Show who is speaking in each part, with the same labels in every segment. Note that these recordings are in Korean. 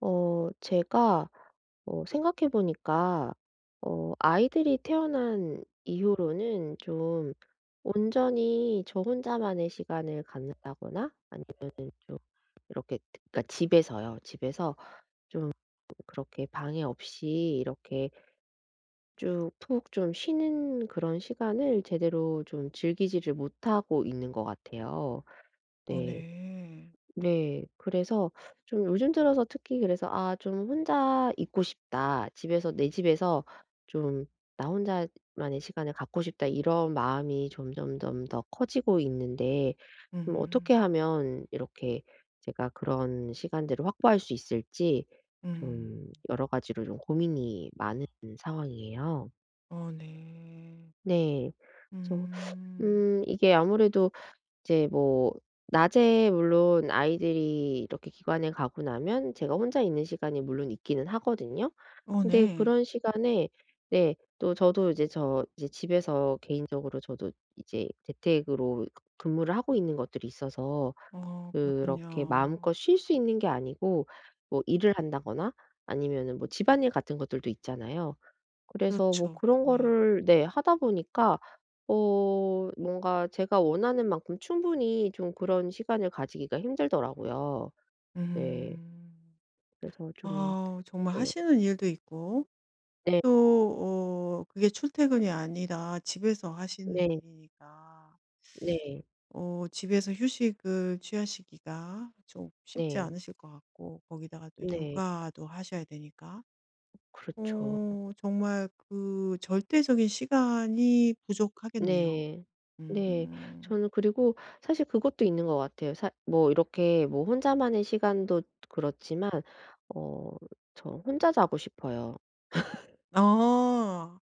Speaker 1: 제가 생각해 보니까 아이들이 태어난 이후로는 좀 온전히 저 혼자만의 시간을 갖는다거나 아니면 좀 이렇게, 그러니까 집에서요. 집에서 그렇게 방해 없이 이렇게 쭉 푹 좀 쉬는 그런 시간을 제대로 좀 즐기지를 못하고 있는 것 같아요.
Speaker 2: 어
Speaker 1: 네.
Speaker 2: 네.
Speaker 1: 네. 그래서 좀 요즘 들어서 특히 그래서 '아 좀 혼자 있고 싶다. 집에서 내 집에서 좀 나 혼자만의 시간을 갖고 싶다.' 이런 마음이 점점점 더 커지고 있는데 좀 어떻게
Speaker 2: 음.
Speaker 1: 하면 이렇게 제가 그런 시간들을 확보할 수 있을지 좀
Speaker 2: 음.
Speaker 1: 여러 가지로 좀 고민이 많은 상황이에요.
Speaker 2: 어 네.
Speaker 1: 네. 그래서
Speaker 2: 음.
Speaker 1: 이게 아무래도 이제 뭐 낮에 물론 아이들이 이렇게 기관에 가고 나면 제가 혼자 있는 시간이 물론 있기는 하거든요.
Speaker 2: 어
Speaker 1: 근데
Speaker 2: 네.
Speaker 1: 그런 시간에 네, 또 저도 이제 저 이제 집에서 개인적으로 저도 이제 재택으로 근무를 하고 있는 것들이 있어서
Speaker 2: 어
Speaker 1: 그렇게 마음껏
Speaker 2: 그렇군요.
Speaker 1: 쉴 수 있는 게 아니고 뭐 일을 한다거나 아니면은 뭐 집안일 같은 것들도 있잖아요. 그래서 뭐
Speaker 2: 그렇죠.
Speaker 1: 그런
Speaker 2: 네.
Speaker 1: 거를 네, 하다 보니까 어 뭔가 제가 원하는 만큼 충분히 좀 그런 시간을 가지기가 힘들더라고요. 네.
Speaker 2: 음.
Speaker 1: 그래서 좀.
Speaker 2: 아 정말
Speaker 1: 네.
Speaker 2: 하시는 일도 있고
Speaker 1: 네.
Speaker 2: 또 그게 출퇴근이 아니라 집에서 하시는
Speaker 1: 네.
Speaker 2: 일이니까
Speaker 1: 네.
Speaker 2: 어 집에서 휴식을 취하시기가 좀 쉽지
Speaker 1: 네.
Speaker 2: 않으실 것 같고, 거기다가 또
Speaker 1: 네.
Speaker 2: 육아도 하셔야 되니까
Speaker 1: 그렇죠.
Speaker 2: 어 정말 그 절대적인 시간이 부족하겠네요.
Speaker 1: 네. 네.
Speaker 2: 음.
Speaker 1: 저는 그리고 사실 그것도 있는 것 같아요. 사 뭐 이렇게 뭐 혼자만의 시간도 그렇지만 어 저 혼자 자고 싶어요.
Speaker 2: 아.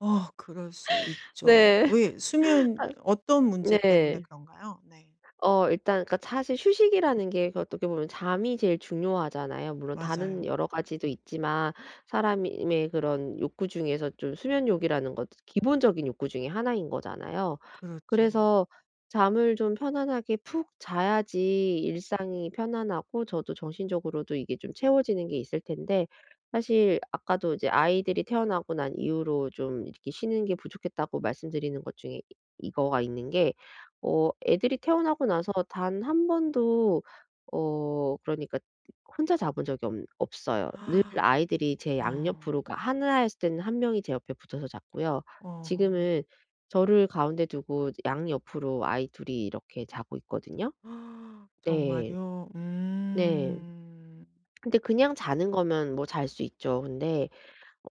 Speaker 2: 어 그럴 수 있죠.
Speaker 1: 네.
Speaker 2: 왜, 수면
Speaker 1: 아
Speaker 2: 어떤 문제 때문에
Speaker 1: 네.
Speaker 2: 그런가요? 네.
Speaker 1: 일단 그니까 사실 휴식이라는 게 그 어떻게 보면 잠이 제일 중요하잖아요. 물론 다른
Speaker 2: 맞아요.
Speaker 1: 여러 가지도 있지만 사람의 그런 욕구 중에서 좀 수면욕이라는 것도 기본적인 욕구 중에 하나인 거잖아요.
Speaker 2: 그렇죠.
Speaker 1: 그래서 잠을 좀 편안하게 푹 자야지 일상이 편안하고 저도 정신적으로도 이게 좀 채워지는 게 있을 텐데 사실 아까도 이제 아이들이 태어나고 난 이후로 좀 이렇게 쉬는 게 부족했다고 말씀드리는 것 중에 이 이거가 있는 게 애들이 태어나고 나서 단 한 번도 그러니까 혼자 자본 적이 없 없어요. 늘 아이들이 제
Speaker 2: 어.
Speaker 1: 양옆으로 가 하나 였을 때는 한 명이 제 옆에 붙어서 잤고요.
Speaker 2: 어어.
Speaker 1: 지금은 저를 가운데 두고 양옆으로 아이 둘이 이렇게 자고 있거든요. 네.
Speaker 2: 정말요?
Speaker 1: 네.
Speaker 2: 음.
Speaker 1: 근데 그냥 자는 거면 뭐 잘 수 있죠. 근데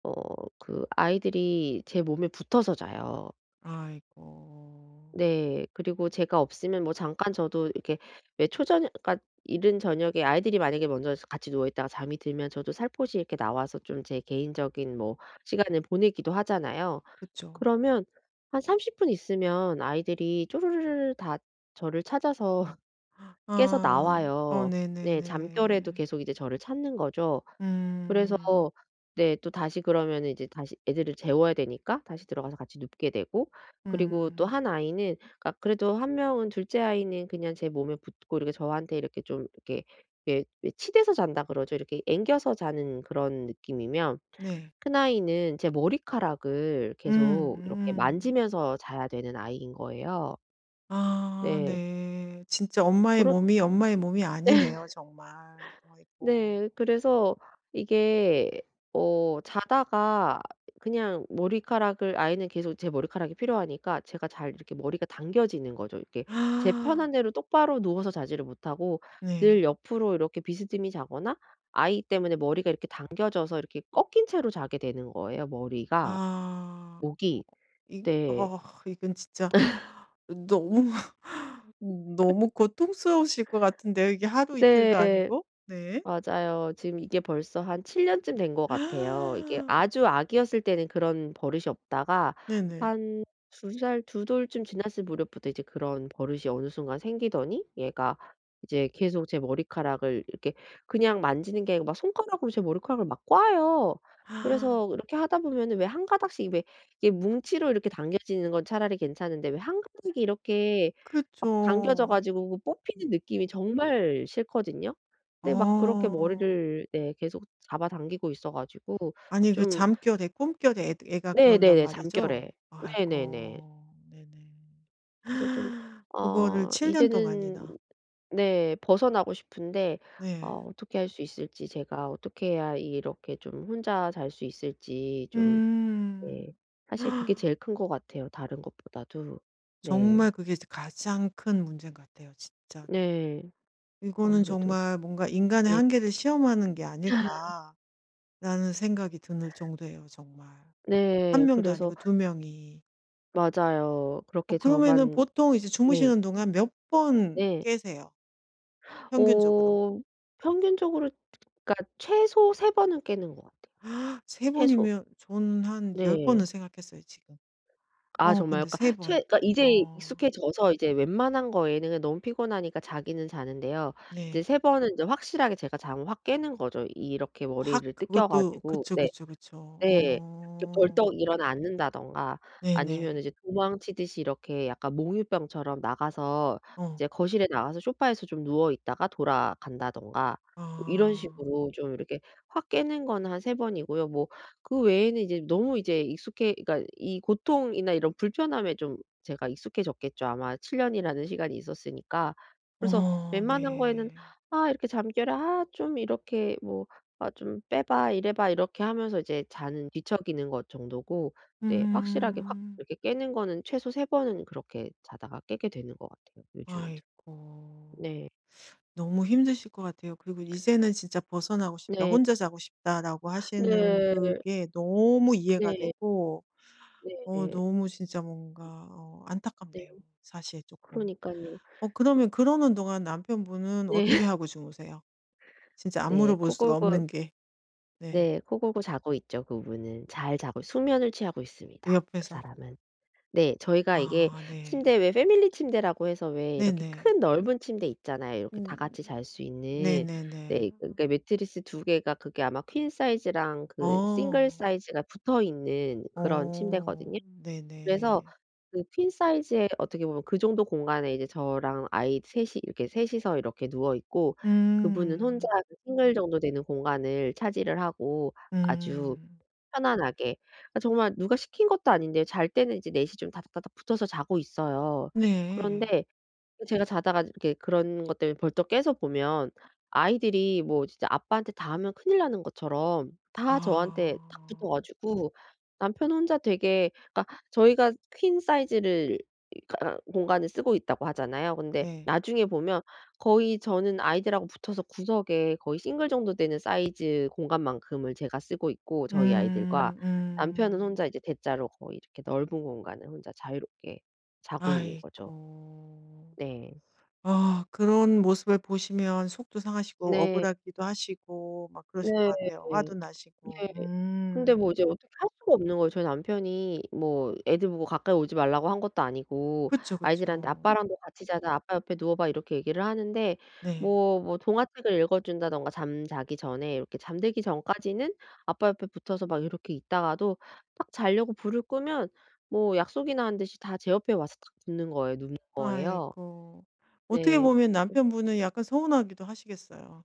Speaker 1: 어 그 아이들이 제 몸에 붙어서 자요.
Speaker 2: 아이고.
Speaker 1: 네. 그리고 제가 없으면 뭐 잠깐 저도 이렇게 왜 초저녁, 그러니까 이른 저녁에 아이들이 만약에 먼저 같이 누워 있다가 잠이 들면 저도 살포시 이렇게 나와서 좀 제 개인적인 뭐 시간을 보내기도 하잖아요.
Speaker 2: 그쵸.
Speaker 1: 그러면 한 30분 있으면 아이들이 쪼르르르 다 저를 찾아서 깨서
Speaker 2: 아. 어
Speaker 1: 나와요. 네. 잠결에도
Speaker 2: 네네네.
Speaker 1: 계속 이제 저를 찾는 거죠. 그래서
Speaker 2: 음.
Speaker 1: 네, 또 다시 그러면 이제 다시 애들을 재워야 되니까 다시 들어가서 같이 눕게 되고 그리고 또
Speaker 2: 음.
Speaker 1: 한 아이는, 그러니까 그래도 한 명은 둘째 아이는 그냥 제 몸에 붙고 이렇게 저한테 이렇게 좀 이렇게 왜 치대서 잔다 그러죠. 이렇게 앵겨서 자는 그런 느낌이면
Speaker 2: 네.
Speaker 1: 큰아이는 제 머리카락을
Speaker 2: 음
Speaker 1: 계속 이렇게
Speaker 2: 음.
Speaker 1: 만지면서 자야 되는 아이인 거예요.
Speaker 2: 아
Speaker 1: 네.
Speaker 2: 네. 진짜 엄마의
Speaker 1: 그런.
Speaker 2: 몸이 엄마의 몸이 아니네요 정말. 아이고.
Speaker 1: 네. 그래서 이게 자다가 그냥 머리카락을 아이는 계속 제 머리카락이 필요하니까 제가 잘 이렇게 머리가 당겨지는 거죠. 이렇게 제
Speaker 2: 아,
Speaker 1: 편한 대로 똑바로 누워서 자지를 못하고
Speaker 2: 네.
Speaker 1: 늘 옆으로 이렇게 비스듬히 자거나 아이 때문에 머리가 이렇게 당겨져서 이렇게 꺾인 채로 자게 되는 거예요, 머리가,
Speaker 2: 아. 어
Speaker 1: 목이.
Speaker 2: 이
Speaker 1: 네.
Speaker 2: 어 이건 진짜 너무 너무 고통스러우실 것 같은데요. 이게 하루 이틀도
Speaker 1: 네.
Speaker 2: 아니고. 네.
Speaker 1: 맞아요. 지금 이게 벌써 한 7 년쯤 된 것 같아요. 이게
Speaker 2: 아,
Speaker 1: 아주 아기였을 때는 그런 버릇이 없다가
Speaker 2: 네네.
Speaker 1: 한 두 살 두 돌쯤 지났을 무렵부터 이제 그런 버릇이 어느 순간 생기더니 얘가 이제 계속 제 머리카락을 이렇게 그냥 만지는 게 아니고 막 손가락으로 제 머리카락을 막 꽈요.
Speaker 2: 아,
Speaker 1: 그래서 이렇게 하다 보면은 왜 한 가닥씩, 왜 이게 뭉치로 이렇게 당겨지는 건 차라리 괜찮은데 왜 한 가닥이 이렇게 막 당겨져
Speaker 2: 그쵸.
Speaker 1: 가지고 그 뽑히는 느낌이 정말 싫거든요. 근데 막 그렇게
Speaker 2: 어.
Speaker 1: 머리를 네 계속 잡아당기고 있어 가지고
Speaker 2: 아니 그
Speaker 1: 좀.
Speaker 2: 잠결에, 꿈결에 애 애가 그런단
Speaker 1: 네네네. 잠결에.
Speaker 2: 말이죠?
Speaker 1: 네네네.
Speaker 2: 아이고. 네네.
Speaker 1: 그래서 좀
Speaker 2: 그거를 7년
Speaker 1: 이제는
Speaker 2: 동안이나.
Speaker 1: 네, 벗어나고 싶은데
Speaker 2: 네.
Speaker 1: 어떻게 할 수 있을지, 제가 어떻게 해야 이렇게 좀 혼자 잘 수 있을지 좀. 네.
Speaker 2: 음.
Speaker 1: 사실 그게 제일 큰 것 같아요, 다른 것보다도. 네.
Speaker 2: 정말 그게 가장 큰 문제인 것 같아요 진짜로.
Speaker 1: 네.
Speaker 2: 이거는
Speaker 1: 아무래도
Speaker 2: 정말 뭔가 '인간의
Speaker 1: 네.
Speaker 2: 한계를 시험하는 게 아닐까.'라는 생각이 드는 정도예요 정말.
Speaker 1: 네.
Speaker 2: 한 명도
Speaker 1: 그래서
Speaker 2: 아니고 두 명이.
Speaker 1: 맞아요.
Speaker 2: 어
Speaker 1: 그렇게
Speaker 2: 그러면은
Speaker 1: 저만.
Speaker 2: 보통 이제
Speaker 1: 네.
Speaker 2: 주무시는 동안 몇 번
Speaker 1: 네.
Speaker 2: 깨세요, 평균적으로?
Speaker 1: 어 평균적으로, 그러니까 최소 3 번은 깨는 것 같아요.
Speaker 2: 세
Speaker 1: 최소.
Speaker 2: 번이면 저는 한 열
Speaker 1: 네.
Speaker 2: 번은 생각했어요 지금.
Speaker 1: 아
Speaker 2: 어
Speaker 1: 정말요?
Speaker 2: 근데
Speaker 1: 그러니까
Speaker 2: 세
Speaker 1: 최
Speaker 2: 번.
Speaker 1: 그러니까 이제
Speaker 2: 어
Speaker 1: 익숙해져서 이제 웬만한 거에는 그냥 너무 피곤하니까 자기는 자는데요. 이제
Speaker 2: 네.
Speaker 1: 3 번은 이제 확실하게 제가 잠 확 깨는 거죠. 이렇게
Speaker 2: 확,
Speaker 1: 머리를 뜯겨
Speaker 2: 그것도,
Speaker 1: 가지고.
Speaker 2: 그쵸,
Speaker 1: 네.
Speaker 2: 그쵸, 그쵸.
Speaker 1: 네. 이렇게 벌떡
Speaker 2: 어.
Speaker 1: 일어나 앉는다든가 아니면
Speaker 2: 네네.
Speaker 1: 이제 도망치듯이 이렇게 약간 몽유병처럼 나가서
Speaker 2: 어.
Speaker 1: 이제 거실에 나가서 소파에서 좀 누워 있다가 돌아간다든가 뭐 이런
Speaker 2: 아.
Speaker 1: 식으로 좀 이렇게 확 깨는 건 한 세 번이고요. 뭐 그 외에는 이제 너무 이제 익숙해 그러니까 이 고통이나 이런 불편함에 좀 제가 익숙해졌겠죠. 아마 7 년이라는 시간이 있었으니까. 그래서
Speaker 2: 어
Speaker 1: 웬만한 거에는
Speaker 2: 네.
Speaker 1: '아 이렇게 잠결에 아 좀 이렇게 뭐 아 좀 "빼 봐." "이래 봐." 이렇게 하면서 이제 잔 뒤척이는 것 정도고 네, 확실하게 확
Speaker 2: 음.
Speaker 1: 이렇게 깨는 거는 최소 세 번은 그렇게 자다가 깨게 되는 것 같아요, 요즘에도.
Speaker 2: 아이고.
Speaker 1: 네.
Speaker 2: 너무 힘드실 것 같아요. 그리고 "이제는 진짜 벗어나고 싶다.
Speaker 1: 네.
Speaker 2: 혼자 자고 싶다."라고 하시는
Speaker 1: 네.
Speaker 2: 그게 너무 이해가
Speaker 1: 네.
Speaker 2: 되고 어
Speaker 1: 네.
Speaker 2: 너무 진짜 뭔가 어
Speaker 1: 네.
Speaker 2: 안타깝네요 사실 조금.
Speaker 1: 그러니깐요.
Speaker 2: 어 그러면 그러는 동안 남편분은
Speaker 1: 네.
Speaker 2: 어떻게 하고 주무세요? 진짜 안
Speaker 1: 네.
Speaker 2: 물어볼
Speaker 1: 코
Speaker 2: 수가
Speaker 1: 골고
Speaker 2: 없는 게. 네.
Speaker 1: 네 코 골고 자고 있죠 그분은. 잘 자고 수면을 취하고 있습니다 그
Speaker 2: 옆에서.
Speaker 1: 사람은. 네. 저희가 이게
Speaker 2: 아 네.
Speaker 1: 침대 왜 패밀리 침대라고 해서 왜 이렇게
Speaker 2: 네네.
Speaker 1: 큰 넓은 침대 있잖아요. 이렇게 다
Speaker 2: 음.
Speaker 1: 같이 잘 수 있는.
Speaker 2: 네네네.
Speaker 1: 네. 그러니까 매트리스 두 개가, 그게 아마 퀸 사이즈랑 그 싱글
Speaker 2: 어.
Speaker 1: 사이즈가 붙어 있는 그런
Speaker 2: 어.
Speaker 1: 침대거든요. 그래서
Speaker 2: 네네.
Speaker 1: 그 퀸 사이즈의 어떻게 보면 그 정도 공간에 이제 저랑 아이 셋이 이렇게 셋 이서 이렇게 누워 있고 그분은 혼자
Speaker 2: 음.
Speaker 1: 그 싱글 정도 되는 공간을 차지를 하고 아주
Speaker 2: 음.
Speaker 1: 편안하게. 아 정말 누가 시킨 것도 아닌데 잘 때는 이제 넷이 좀 다닥다닥 붙어서 자고 있어요.
Speaker 2: 네.
Speaker 1: 그런데 제가 자다가 이렇게 그런 것 때문에 벌떡 깨서 보면 아이들이 뭐 진짜 아빠한테 다 하면 큰일 나는 것처럼 다 저한테 탁 붙어
Speaker 2: 아.
Speaker 1: 가지고 남편 혼자 되게, 그러니까 저희가 퀸 사이즈를, 그러니까 공간을 쓰고 있다고 하잖아요. 근데
Speaker 2: 네.
Speaker 1: 나중에 보면 거의 저는 아이들하고 붙어서 구석에 거의 싱글 정도 되는 사이즈 공간만큼을 제가 쓰고 있고 저희 아이들과
Speaker 2: 음
Speaker 1: 남편은
Speaker 2: 음.
Speaker 1: 혼자 이제 대자로 거의 이렇게 넓은 공간을 혼자 자유롭게 자고 있는 거죠.
Speaker 2: 아이고.
Speaker 1: 네.
Speaker 2: 아 그런 모습을 보시면 속도 상하시고
Speaker 1: 네.
Speaker 2: 억울하기도 하시고 막 그러실 것
Speaker 1: 네.
Speaker 2: 같아요. 화도
Speaker 1: 네.
Speaker 2: 나시고.
Speaker 1: 근데
Speaker 2: 음.
Speaker 1: 뭐 이제 어떻게 할 수가 없는 거예요. 저희 남편이 뭐 애들 보고 가까이 오지 말라고 한 것도 아니고
Speaker 2: 그쵸,
Speaker 1: 아이들한테
Speaker 2: 그쵸.
Speaker 1: "아빠랑도 같이 자자. 아빠 옆에 누워 봐." 이렇게 얘기를 하는데
Speaker 2: 네.
Speaker 1: 뭐 동화책을 읽어 준다든가 잠자기 전에 이렇게 잠들기 전까지는 아빠 옆에 붙어서 막 이렇게 있다가도 딱 자려고 불을 끄면 뭐 약속이나 한 듯이 다 제 옆에 와서 딱 붙는 거예요. 눕는 거예요.
Speaker 2: 아이고. 어떻게
Speaker 1: 네.
Speaker 2: 보면 남편분은 약간 서운하기도 하시겠어요.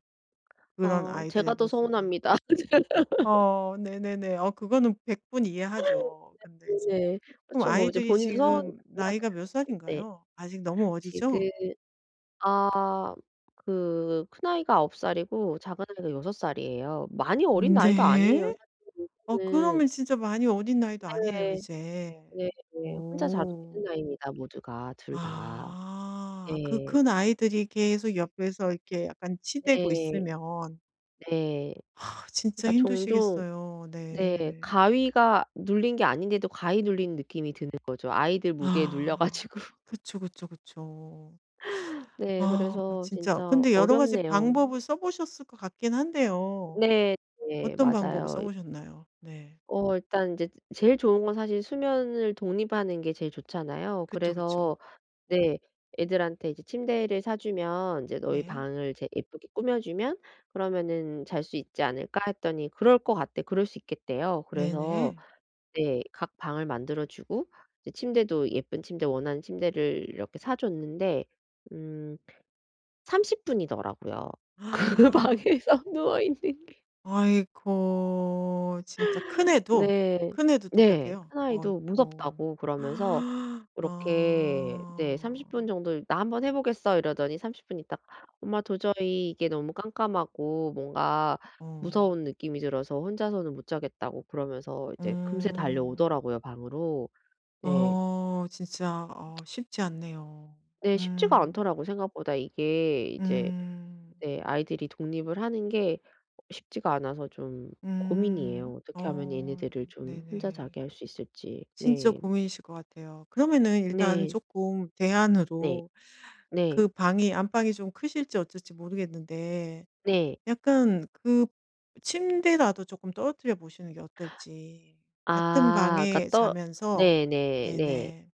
Speaker 2: 그런
Speaker 1: 아
Speaker 2: 아이들의
Speaker 1: 제가 더
Speaker 2: 모습이.
Speaker 1: 서운합니다.
Speaker 2: 어 네네네. 어 그거는 백분 이해하죠. 근데 이제
Speaker 1: 네네.
Speaker 2: 그럼
Speaker 1: 그쵸. 뭐 이제
Speaker 2: 아이들이
Speaker 1: 본인도 서운하긴
Speaker 2: 지금 나이가 몇
Speaker 1: 하겠죠. 네.
Speaker 2: 살인가요? 아직 너무 어리죠?
Speaker 1: 지금 아 그 큰아이가 9 살이고 작은아이가 6 살이에요. 많이 어린 나이도 아니에요.
Speaker 2: 네.
Speaker 1: 사실
Speaker 2: 어
Speaker 1: 요즘은
Speaker 2: 그러면 진짜 많이 어린 나이도 아니네요
Speaker 1: 네.
Speaker 2: 이제.
Speaker 1: 네. 혼자 자도 되는
Speaker 2: 오.
Speaker 1: 나이입니다 모두가 둘 다.
Speaker 2: 아. 그
Speaker 1: 네.
Speaker 2: 큰 아이들이 계속 옆에서 이렇게 약간 치대고
Speaker 1: 네.
Speaker 2: 있으면,
Speaker 1: 네.
Speaker 2: 아, 진짜
Speaker 1: 그러니까 종종
Speaker 2: 힘드시겠어요.
Speaker 1: 네.
Speaker 2: 네.
Speaker 1: 가위가 눌린 게 아닌데도 가위 눌린 느낌이 드는 거죠. 아이들 무게에 눌려
Speaker 2: 아.
Speaker 1: 가지고.
Speaker 2: 그쵸, 그쵸, 그쵸.
Speaker 1: 네.
Speaker 2: 아
Speaker 1: 그래서
Speaker 2: 진짜,
Speaker 1: 진짜
Speaker 2: 근데 여러 가지
Speaker 1: 어렵네요.
Speaker 2: 방법을 써 보셨을 것 같긴 한데요.
Speaker 1: 네. 네.
Speaker 2: 어떤 방법을 써
Speaker 1: 맞아요.
Speaker 2: 보셨나요? 네.
Speaker 1: 일단 인제 제일 좋은 건 사실 수면을 독립하는 게 제일 좋잖아요.
Speaker 2: 그쵸, 그쵸.
Speaker 1: 그래서 네. 애들한테 이제 침대를 사 주면 "인제 너희
Speaker 2: 네.
Speaker 1: 방을 제 예쁘게 꾸며 주면 그러면은 잘 수 있지 않을까?" 했더니 "그럴 것 같대." 그럴 수 있겠대요. 그래서
Speaker 2: 네네.
Speaker 1: 네. 각 방을 만들어 주고 이제 침대도 예쁜 침대 원하는 침대를 이렇게 사 줬는데 음 30 분이더라고요. 그
Speaker 2: 아
Speaker 1: 방에서 누워 있는.
Speaker 2: 아이고. 진짜 큰애도,
Speaker 1: 네.
Speaker 2: 큰애도
Speaker 1: 네.
Speaker 2: 똑같아요.
Speaker 1: 큰아이도
Speaker 2: 어이고.
Speaker 1: 무섭다고 그러면서
Speaker 2: 아.
Speaker 1: 이렇게 네 30분 정도 "나 한번 해 보겠어." 이러더니 30분 있다가 "엄마 도저히 이게 너무 깜깜하고 뭔가
Speaker 2: 어.
Speaker 1: 무서운 느낌이 들어서 혼자서는 못 자겠다."고 그러면서 이제 금세
Speaker 2: 음.
Speaker 1: 달려오더라고요 방으로. 네.
Speaker 2: 어 진짜 어 쉽지 않네요.
Speaker 1: 네 쉽지가
Speaker 2: 음.
Speaker 1: 않더라고요. 생각보다 이게 이제
Speaker 2: 음.
Speaker 1: 네 아이들이 독립을 하는 게 쉽지가 않아서 좀
Speaker 2: 음.
Speaker 1: 고민이에요. 어떻게 하면
Speaker 2: 어
Speaker 1: 얘네들을 좀 혼자
Speaker 2: 네네.
Speaker 1: 자게 할 수 있을지.
Speaker 2: 진짜
Speaker 1: 네.
Speaker 2: 고민이실 것 같아요. 그러면은 일단
Speaker 1: 네.
Speaker 2: 조금
Speaker 1: 네.
Speaker 2: 대안으로
Speaker 1: 네.
Speaker 2: 그 방이, 안방이 좀 크실지 어쩔지 모르겠는데
Speaker 1: 네.
Speaker 2: 약간 그 침대라도 조금 떨어뜨려 보시는 게 어떨지. 같은
Speaker 1: 아 그러니까
Speaker 2: 방에
Speaker 1: 떠.
Speaker 2: 자면서.
Speaker 1: 네네 네. 네.
Speaker 2: 네네.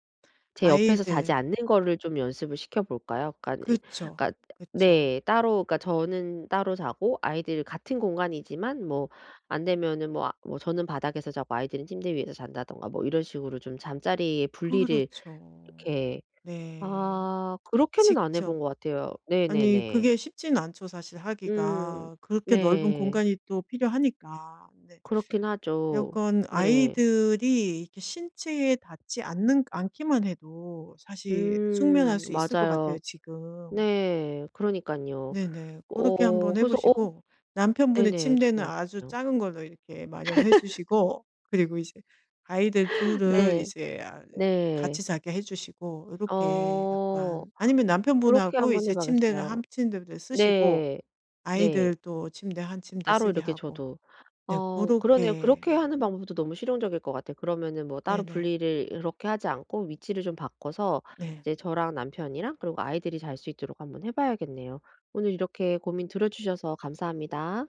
Speaker 1: 제 옆에서 자지
Speaker 2: 아이들.
Speaker 1: 않는 거를 좀 연습을 시켜 볼까요? 그러니까 네,
Speaker 2: 그쵸.
Speaker 1: 그러니까
Speaker 2: 그쵸.
Speaker 1: 네. 따로, 그러니까 저는 따로 자고 아이들 같은 공간이지만 뭐 안 되면은 뭐 아 뭐 저는 바닥에서 자고 아이들은 침대 위에서 잔다든가 뭐 이런 식으로 좀 잠자리의 분리를
Speaker 2: 그렇죠.
Speaker 1: 이렇게.
Speaker 2: 네.
Speaker 1: 아 그렇게는 안 해
Speaker 2: 직접.
Speaker 1: 본 것 같아요.
Speaker 2: 아니
Speaker 1: 네네네.
Speaker 2: 그게 쉽지는 않죠 사실
Speaker 1: 음.
Speaker 2: 하기가. 그렇게 넓은
Speaker 1: 네.
Speaker 2: 공간이 또 필요하니까. 네.
Speaker 1: 그렇긴 하죠.
Speaker 2: 약간
Speaker 1: 네.
Speaker 2: 아이들이 이렇게 신체에 닿지 않는, 않기만 해도 사실 숙면할 수 있을 것 같아요
Speaker 1: 맞아요.
Speaker 2: 지금.
Speaker 1: 네. 그러니깐요.
Speaker 2: 네네. 그렇게 한번 해
Speaker 1: 그래서 어.
Speaker 2: 보시고 남편분의
Speaker 1: 네네.
Speaker 2: 침대는
Speaker 1: 정말
Speaker 2: 아주
Speaker 1: 좋네요.
Speaker 2: 작은 걸로 이렇게 마련해 주시고 그리고 이제 아이들 둘을
Speaker 1: 네.
Speaker 2: 이제 아
Speaker 1: 네.
Speaker 2: 같이 자게 해 주시고 이렇게
Speaker 1: 어
Speaker 2: 약간, 아니면
Speaker 1: 그렇게
Speaker 2: 남편분하고
Speaker 1: 한번 해
Speaker 2: 이제 침대를
Speaker 1: 봐야겠어요.
Speaker 2: 한 침대를 쓰시고
Speaker 1: 네. 네.
Speaker 2: 아이들 또 침대 한 침대
Speaker 1: 따로
Speaker 2: 쓰게
Speaker 1: 이렇게
Speaker 2: 하고
Speaker 1: 저도.
Speaker 2: 네 그
Speaker 1: 어
Speaker 2: 렇
Speaker 1: 그러네요.
Speaker 2: 게
Speaker 1: 그렇게 하는 방법도 너무 실용적일 것 같아요. 그러면은 뭐 따로
Speaker 2: 네네.
Speaker 1: 분리를 그렇게 하지 않고 위치를 좀 바꿔서
Speaker 2: 네.
Speaker 1: 이제 저랑 남편이랑 그리고 아이들이 잘 수 있도록 한번 해 봐야겠네요. 오늘 이렇게 고민 들어 주셔서 감사합니다.